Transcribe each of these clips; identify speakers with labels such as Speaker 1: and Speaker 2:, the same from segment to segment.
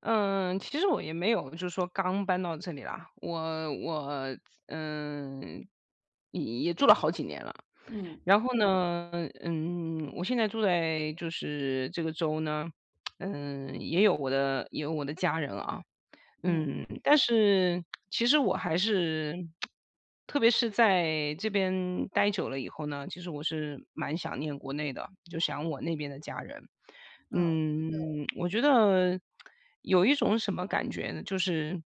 Speaker 1: 嗯，其实我也没有，就是说刚搬到这里啦，我嗯，也住了好几年了。
Speaker 2: 嗯
Speaker 1: 然后呢，我现在住在就是这个州呢，也有我的家人啊，
Speaker 2: 嗯，
Speaker 1: 但是其实我还是，特别是在这边待久了以后呢，其实我是蛮想念国内的，就想我那边的家人。
Speaker 2: 嗯
Speaker 1: 嗯，我觉得有一种什么感觉呢？就是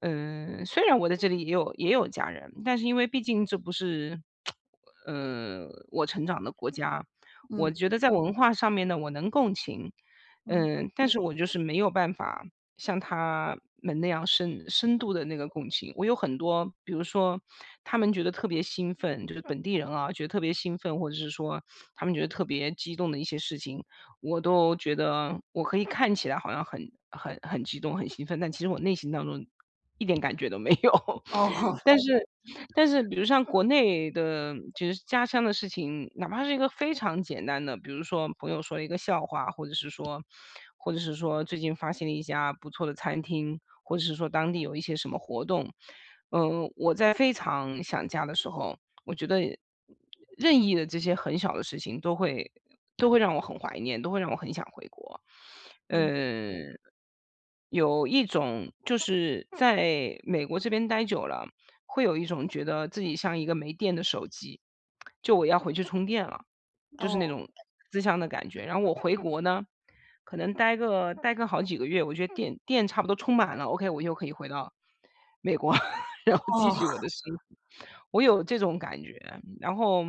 Speaker 1: 虽然我在这里也有家人，但是因为毕竟这不是，我成长的国家，我
Speaker 2: 嗯
Speaker 1: 觉得在文化上面呢，我能共情，
Speaker 2: 嗯，
Speaker 1: 但是我就是没有办法像他们那样深度的那个共情。我有很多，比如说他们觉得特别兴奋，就是本地人啊，觉得特别兴奋，或者是说他们觉得特别激动的一些事情，我都觉得我可以看起来好像很激动、很兴奋，但其实我内心当中一点感觉都没有。
Speaker 2: 哦，
Speaker 1: 但哦是但是比如像国内的就是家乡的事情，哪怕是一个非常简单的，比如说朋友说了一个笑话，或者是说最近发现了一家不错的餐厅，或者是说当地有一些什么活动，我在非常想家的时候我觉得任意的这些很小的事情都会让我很怀念，都会让我很想回国。
Speaker 2: 嗯，
Speaker 1: 呃，嗯有一种就是在美国这边待久了，会有一种觉得自己像一个没电的手机，就我要回去充电了。就是
Speaker 2: 哦，
Speaker 1: 那种思乡的感觉。然后我回国呢，可能待个好几个月，我觉得电差不多充满了，OK，我又可以回到美国，然后继续我
Speaker 2: 哦。
Speaker 1: 的生活。我有这种感觉，然后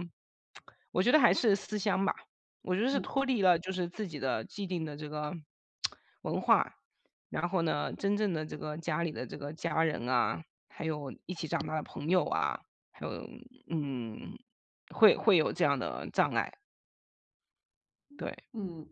Speaker 1: 我觉得还是思乡吧，我觉得是
Speaker 2: 嗯
Speaker 1: 脱离了就是自己的既定的这个文化，然后呢，真正的这个家里的这个家人啊，还有一起长大的朋友啊，还有嗯，会有这样的障碍。对，
Speaker 2: 嗯，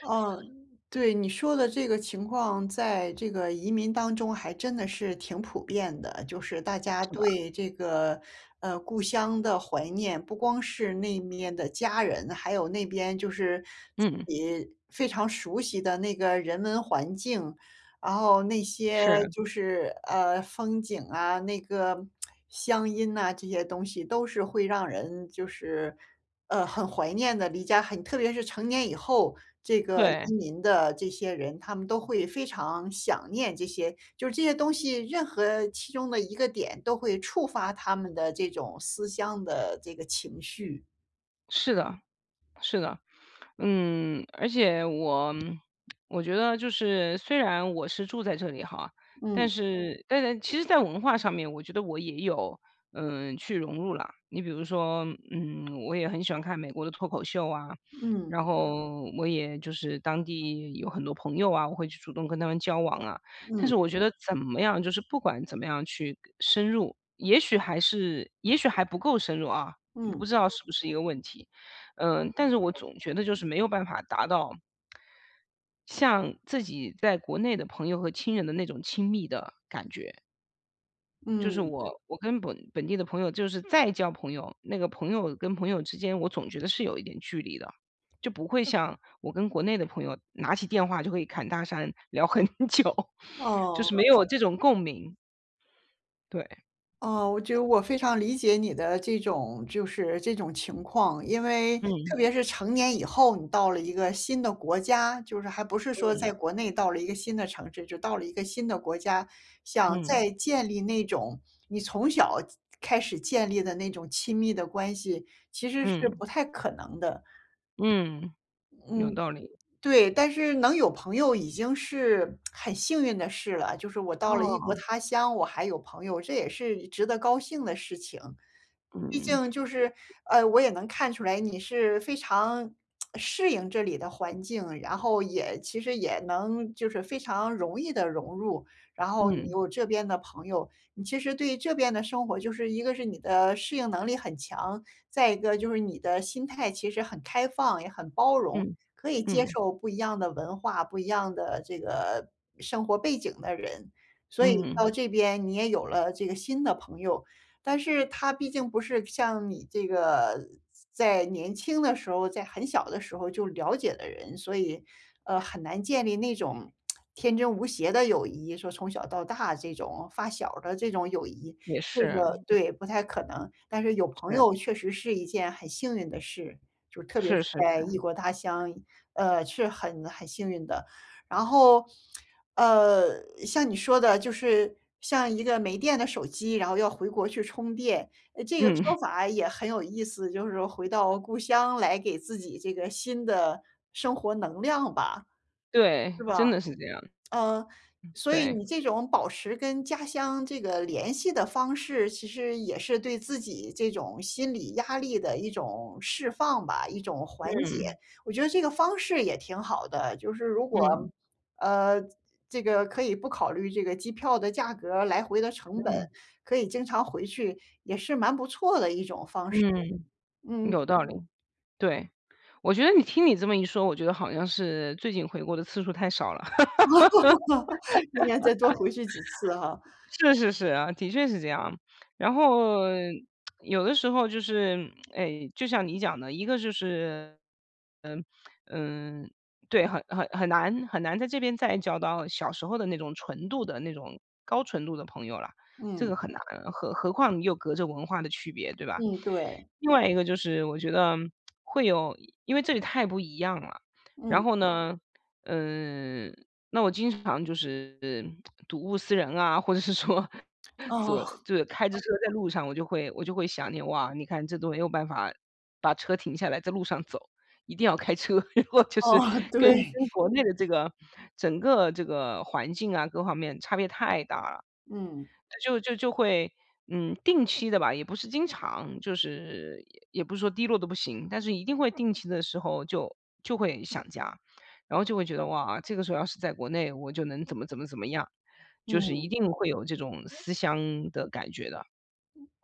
Speaker 2: 哦，对，你说的这个情况在这个移民当中还真的是挺普遍的，就是大家
Speaker 1: 是的，
Speaker 2: 对这个，故乡的怀念，不光是那面的家人，还有那边就是
Speaker 1: 嗯，
Speaker 2: 非常熟悉的那个人文环境，然后那些
Speaker 1: 是，
Speaker 2: 就是，风景啊，那个乡音呐，这些东西都是会让人就是，很怀念的。离家很特别是成年以后，这个
Speaker 1: 对，
Speaker 2: 移民的这些人，他们都会非常想念这些就是这些东西，任何其中的一个点都会触发他们的这种思乡的这个情绪。
Speaker 1: 是的，是的。而且我觉得就是虽然我是住在这里哈，但嗯
Speaker 2: 嗯，
Speaker 1: 是但是其实在文化上面，我觉得我也有，去融入了。你比如说，我也很喜欢看美国的脱口秀啊，
Speaker 2: 嗯，
Speaker 1: 然后我也就是当地有很多朋友啊，我会去主动跟他们交往啊。但
Speaker 2: 嗯，
Speaker 1: 是我觉得怎么样就是不管怎么样去深入，也许还不够深入啊，不
Speaker 2: 嗯，
Speaker 1: 知道嗯是不是一个问题。但是我总觉得就是没有办法达到像自己在国内的朋友和亲人的那种亲密的感觉。就是
Speaker 2: 嗯，
Speaker 1: 我跟本地的朋友就是再交朋友，那个朋友跟朋友之间，我总觉得是有一点距离的，就不会像我跟国内的朋友拿起电话就可以侃大山聊很久，就
Speaker 2: 哦。
Speaker 1: 是没有这种共鸣。对，
Speaker 2: 哦，我觉得我非常理解你的这种就是这种情况，因为
Speaker 1: 嗯，
Speaker 2: 特别是成年以后，你到了一个新的国家，就是还不是说
Speaker 1: 嗯，
Speaker 2: 在国内到了一个新的城市，就到了一个新的国家，想
Speaker 1: 嗯，
Speaker 2: 再建立那种你从小开始建立的那种亲密的关系，其实是
Speaker 1: 嗯，
Speaker 2: 不太可能的。
Speaker 1: 嗯，有
Speaker 2: 嗯，
Speaker 1: 道理。
Speaker 2: 对，但是能有朋友已经是很幸运的事了。就是我到了异国
Speaker 1: 哦，
Speaker 2: 他乡，我还有朋友，这也是值得高兴的事情。毕
Speaker 1: 嗯，
Speaker 2: 竟就是，我也能看出来你是非常适应这里的环境，然后也其实也能就是非常容易的融入。然后你
Speaker 1: 嗯，
Speaker 2: 有这边的朋友，你其实对这边的生活，就是一个是你的适应能力很强，再一个就是你的心态其实很开放，也很包容。
Speaker 1: 嗯，
Speaker 2: 可以接
Speaker 1: 嗯。
Speaker 2: 受不一样的文化、不一样的这个生活背景的人，所以
Speaker 1: 嗯，
Speaker 2: 到这边你也有了这个新的朋友。但是他毕竟不是像你这个在年轻的时候，在很小的时候就了解的人，所以，很难建立那种天真无邪的友谊，说从小到大这种发小的这种友谊，
Speaker 1: 也
Speaker 2: 这
Speaker 1: 是，
Speaker 2: 个对，不太可能。但是有朋
Speaker 1: 是，
Speaker 2: 友确实是一件很幸运的事，就是特别
Speaker 1: 是
Speaker 2: 是
Speaker 1: 是是，
Speaker 2: 在异国他乡是很幸运的。然后，像你说的，就是像一个没电的手机，然后要回国去充电，这个
Speaker 1: 嗯，
Speaker 2: 说 法也很有意思，就是说回到故乡来给自己这个新的生活能量吧，
Speaker 1: 对，
Speaker 2: 是吧？
Speaker 1: 真的是这样，
Speaker 2: 呃，所以
Speaker 1: 对，
Speaker 2: 你这种保持跟家乡这个联系的方式，其实也是对自己这种心理压力的一种释放吧，一种缓
Speaker 1: 嗯，
Speaker 2: 解。我觉得这个方式也挺好的，就是如果，
Speaker 1: 嗯，
Speaker 2: 呃，这个可以不考虑这个机票的价格、来回的成本，
Speaker 1: 嗯，
Speaker 2: 可以经常回去，也是蛮不错的一种方式。
Speaker 1: 嗯，
Speaker 2: 嗯，
Speaker 1: 有道理，对。我觉得你听你这么一说，我觉得好像是最近回国的次数太少了。
Speaker 2: 应该再多回去几次哈。
Speaker 1: 是是是啊，的确是这样。然后有的时候就是，哎，就像你讲的，一个就是，嗯嗯，对，很难在这边再交到小时候的那种高纯度的朋友了，这
Speaker 2: 嗯，
Speaker 1: 个很难，何况又隔着文化的区别，对吧？
Speaker 2: 嗯，对，
Speaker 1: 另外一个就是我觉得会有，因为这里太不一样了，然
Speaker 2: 嗯，
Speaker 1: 后呢，嗯。那我经常就是睹物思人啊，或者是说
Speaker 2: 哦，
Speaker 1: 就是开着车在路上，我就会想你哇，你看这都没有办法把车停下来，在路上走，一定要开车。然后就是
Speaker 2: 哦，
Speaker 1: 跟
Speaker 2: 对，
Speaker 1: 跟国内的这个整个这个环境啊，各方面差别太大了。
Speaker 2: 嗯。
Speaker 1: 就会，定期的吧，也不是经常，就是也不是说低落的不行，但是一定会定期的时候就会想家，然后就会觉得哇，这个时候要是在国内，我就能怎么怎么怎么样，就是一
Speaker 2: 嗯
Speaker 1: 定会有这种思乡的感觉的。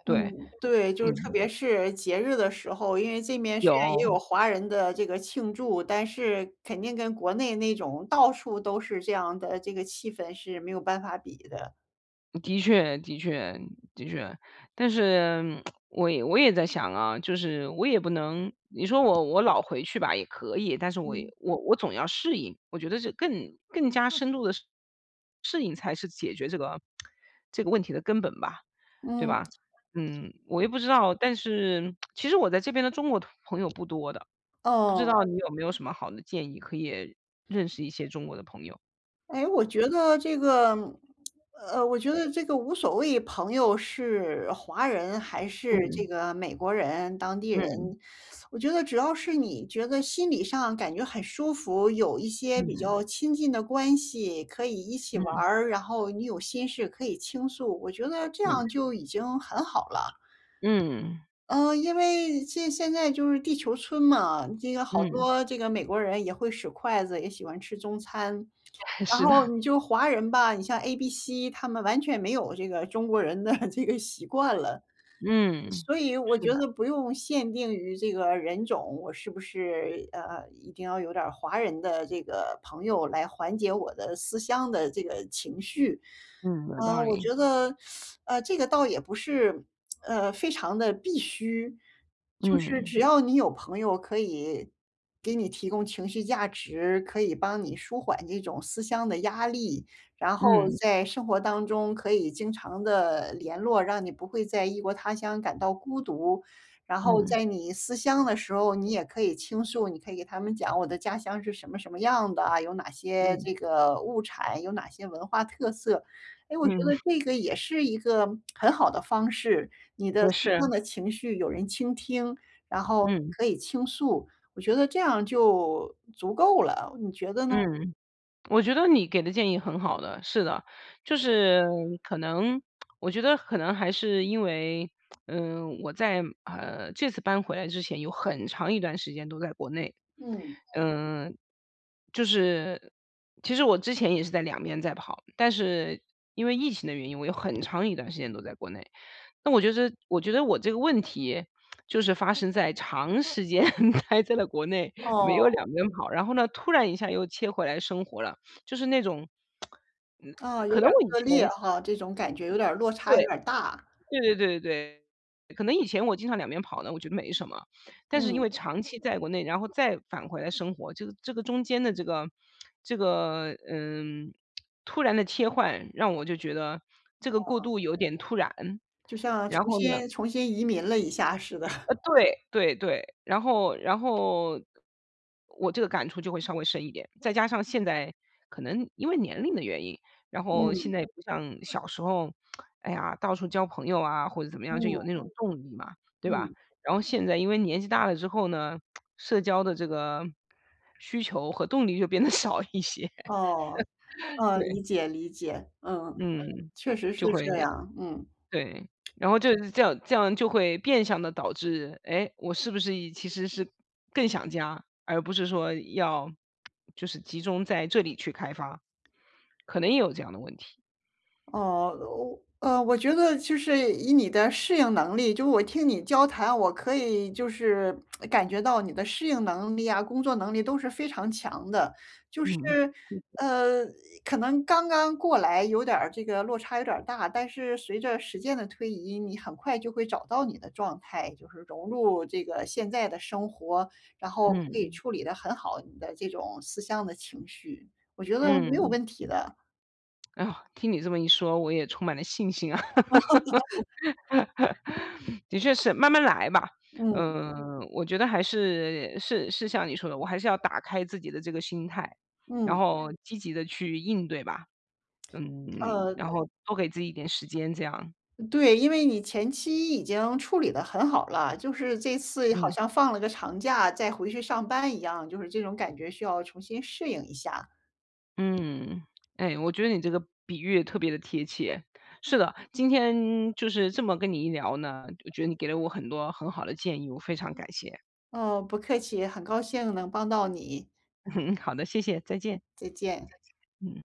Speaker 1: 对，
Speaker 2: 嗯，对，就是特
Speaker 1: 嗯，
Speaker 2: 别是节日的时候，因为这面虽然也有
Speaker 1: 有。
Speaker 2: 华人的这个庆祝，但是肯定跟国内那种到处都是这样的这个气氛是没有办法比的。
Speaker 1: 的确，的确，的确，但是我也在想啊，就是我也不能，你说我老回去吧也可以，但是我也
Speaker 2: 嗯
Speaker 1: 我总要适应，我觉得这更加深度的适应才是解决这个问题的根本吧，对
Speaker 2: 嗯，
Speaker 1: 吧？我也不知道，但是其实我在这边的中国朋友不多的，不知
Speaker 2: 哦。
Speaker 1: 道你有没有什么好的建议可以认识一些中国的朋友？
Speaker 2: 哎，我觉得这个，我觉得这个无所谓，朋友是华人还是这
Speaker 1: 嗯
Speaker 2: 个美国人、当地人，
Speaker 1: 嗯
Speaker 2: 我觉得只要是你觉得心理上感觉很舒服，有一些
Speaker 1: 嗯
Speaker 2: 比
Speaker 1: 嗯
Speaker 2: 较亲近的关系，可以一起玩
Speaker 1: 嗯
Speaker 2: 儿，然后你有心事可以倾诉，我觉得这样
Speaker 1: 嗯
Speaker 2: 就已经很好了。
Speaker 1: 嗯
Speaker 2: 嗯，因为现在就是地球村嘛，这个好
Speaker 1: 嗯。
Speaker 2: 多这个美国人也会使筷子，也喜欢吃中餐。然
Speaker 1: 是
Speaker 2: 后
Speaker 1: 的，
Speaker 2: 你就华人吧，你像 ABC，他们完全没有这个中国人的 这个习惯了。
Speaker 1: 嗯，
Speaker 2: 所以我
Speaker 1: 是
Speaker 2: 觉
Speaker 1: 的，
Speaker 2: 得不用限定于这个人种，我是不是，一定要有点儿华人的这个朋友来缓解我的思乡的这个情绪。
Speaker 1: 嗯，有道
Speaker 2: 我
Speaker 1: 理，
Speaker 2: 觉得，这个倒也不是，非常的必须，就是
Speaker 1: 嗯，
Speaker 2: 只要你有朋友可以给你提供情绪价值，可以帮你舒缓这种思乡的压力，然后
Speaker 1: 嗯，
Speaker 2: 在生活当中可以经常的联络，让你不会在异国他乡感到孤独。然后
Speaker 1: 嗯，
Speaker 2: 在你思乡的时候，你也可以倾诉，你可以给他们讲我的家乡是什么什么样的啊，有哪些
Speaker 1: 嗯，
Speaker 2: 这个物产，有哪些文化特色。哎，我觉
Speaker 1: 嗯，
Speaker 2: 得这个也是一个很好的方式，你的
Speaker 1: 也
Speaker 2: 诉
Speaker 1: 是，
Speaker 2: 说的情绪有人倾听，然后
Speaker 1: 嗯，
Speaker 2: 可以倾诉，我觉得这样就足够了，你觉得呢？
Speaker 1: 嗯，我觉得你给的建议很好的，是的，就是可能我觉得可能还是因为，我在，这次搬回来之前有很长一段时间都在国内，
Speaker 2: 嗯，
Speaker 1: 嗯，就是其实我之前也是在两边在跑，但是因为疫情的原因，我有很长一段时间都在国内。那我觉得我这个问题就是发生在长时间 待在了国内，没
Speaker 2: 哦，
Speaker 1: 有两边跑，然后呢，突然一下又切回来生活了，就是那种，嗯，
Speaker 2: 啊，
Speaker 1: 可
Speaker 2: 有
Speaker 1: 能
Speaker 2: 点儿
Speaker 1: 我以
Speaker 2: 割裂
Speaker 1: 前
Speaker 2: 哈，这种感觉有点儿落差有
Speaker 1: 对
Speaker 2: 点儿大，
Speaker 1: 对对对对对，可能以前我经常两边跑呢，我觉得没什么，但是因
Speaker 2: 嗯，
Speaker 1: 为长期在国内，然后再返回来生活，这个中间的这个突然的切换，让我就觉得这个过渡有点突然，
Speaker 2: 就像
Speaker 1: 然
Speaker 2: 重
Speaker 1: 后呢。
Speaker 2: 新重新移民了一下似的，
Speaker 1: 对对对，然后我这个感触就会稍微深一点。再加上现在可能因为年龄的原因，然后现
Speaker 2: 嗯
Speaker 1: 在也不像小时候，哎呀，到处交朋友啊，或者怎么样，就
Speaker 2: 嗯
Speaker 1: 有那种动力嘛，对吧？
Speaker 2: 嗯，
Speaker 1: 然后现在因为年纪大了之后呢，社交的这个需求和动力就变得 少一些，
Speaker 2: 哦，嗯，
Speaker 1: 对，
Speaker 2: 理解理解，嗯，
Speaker 1: 嗯，
Speaker 2: 确实
Speaker 1: 就
Speaker 2: 是
Speaker 1: 会
Speaker 2: 这样，嗯。
Speaker 1: 对，然后就是这样就会变相的导致，哎，我是不是也其实是更想家，而不是说要就是集中在这里去开发，可能也有这样的问题。
Speaker 2: 哦，我觉得就是以你的适应能力，就是我听你交谈，我可以就是感觉到你的适应能力啊，工作能力都是非常强的。就是，
Speaker 1: 嗯。
Speaker 2: 呃，可能刚刚过来有点儿这个落差有点儿大，但是随着时间的推移，你很快就会找到你的状态，就是融入这个现在的生活，然后可
Speaker 1: 嗯，
Speaker 2: 以处理得很好你的这种思乡的情绪，我觉得没有
Speaker 1: 嗯，
Speaker 2: 问题的。
Speaker 1: 哎哟，听你这么一说，我也充满了信心啊。的确是，慢慢来吧。
Speaker 2: 嗯
Speaker 1: 嗯，我觉得还是像你说的，我还是要打开自己的这个心态，然
Speaker 2: 嗯，
Speaker 1: 后积极的去应对吧。嗯，
Speaker 2: 呃。
Speaker 1: 然后多给自己一点时间这样。
Speaker 2: 对，因为你前期已经处理得很好了，就是这次好
Speaker 1: 嗯
Speaker 2: 像放了个长假，再回去上班一样，就是这种感觉需要重新适应一下。
Speaker 1: 嗯，哎，我觉得你这个比喻特别的贴切。是的，今天就是这么跟你一聊呢，我觉得你给了我很多很好的建议，我非常感谢。
Speaker 2: 哦，不客气，很高兴能帮到你，
Speaker 1: 好的，谢谢，再见，
Speaker 2: 再见。
Speaker 1: 嗯。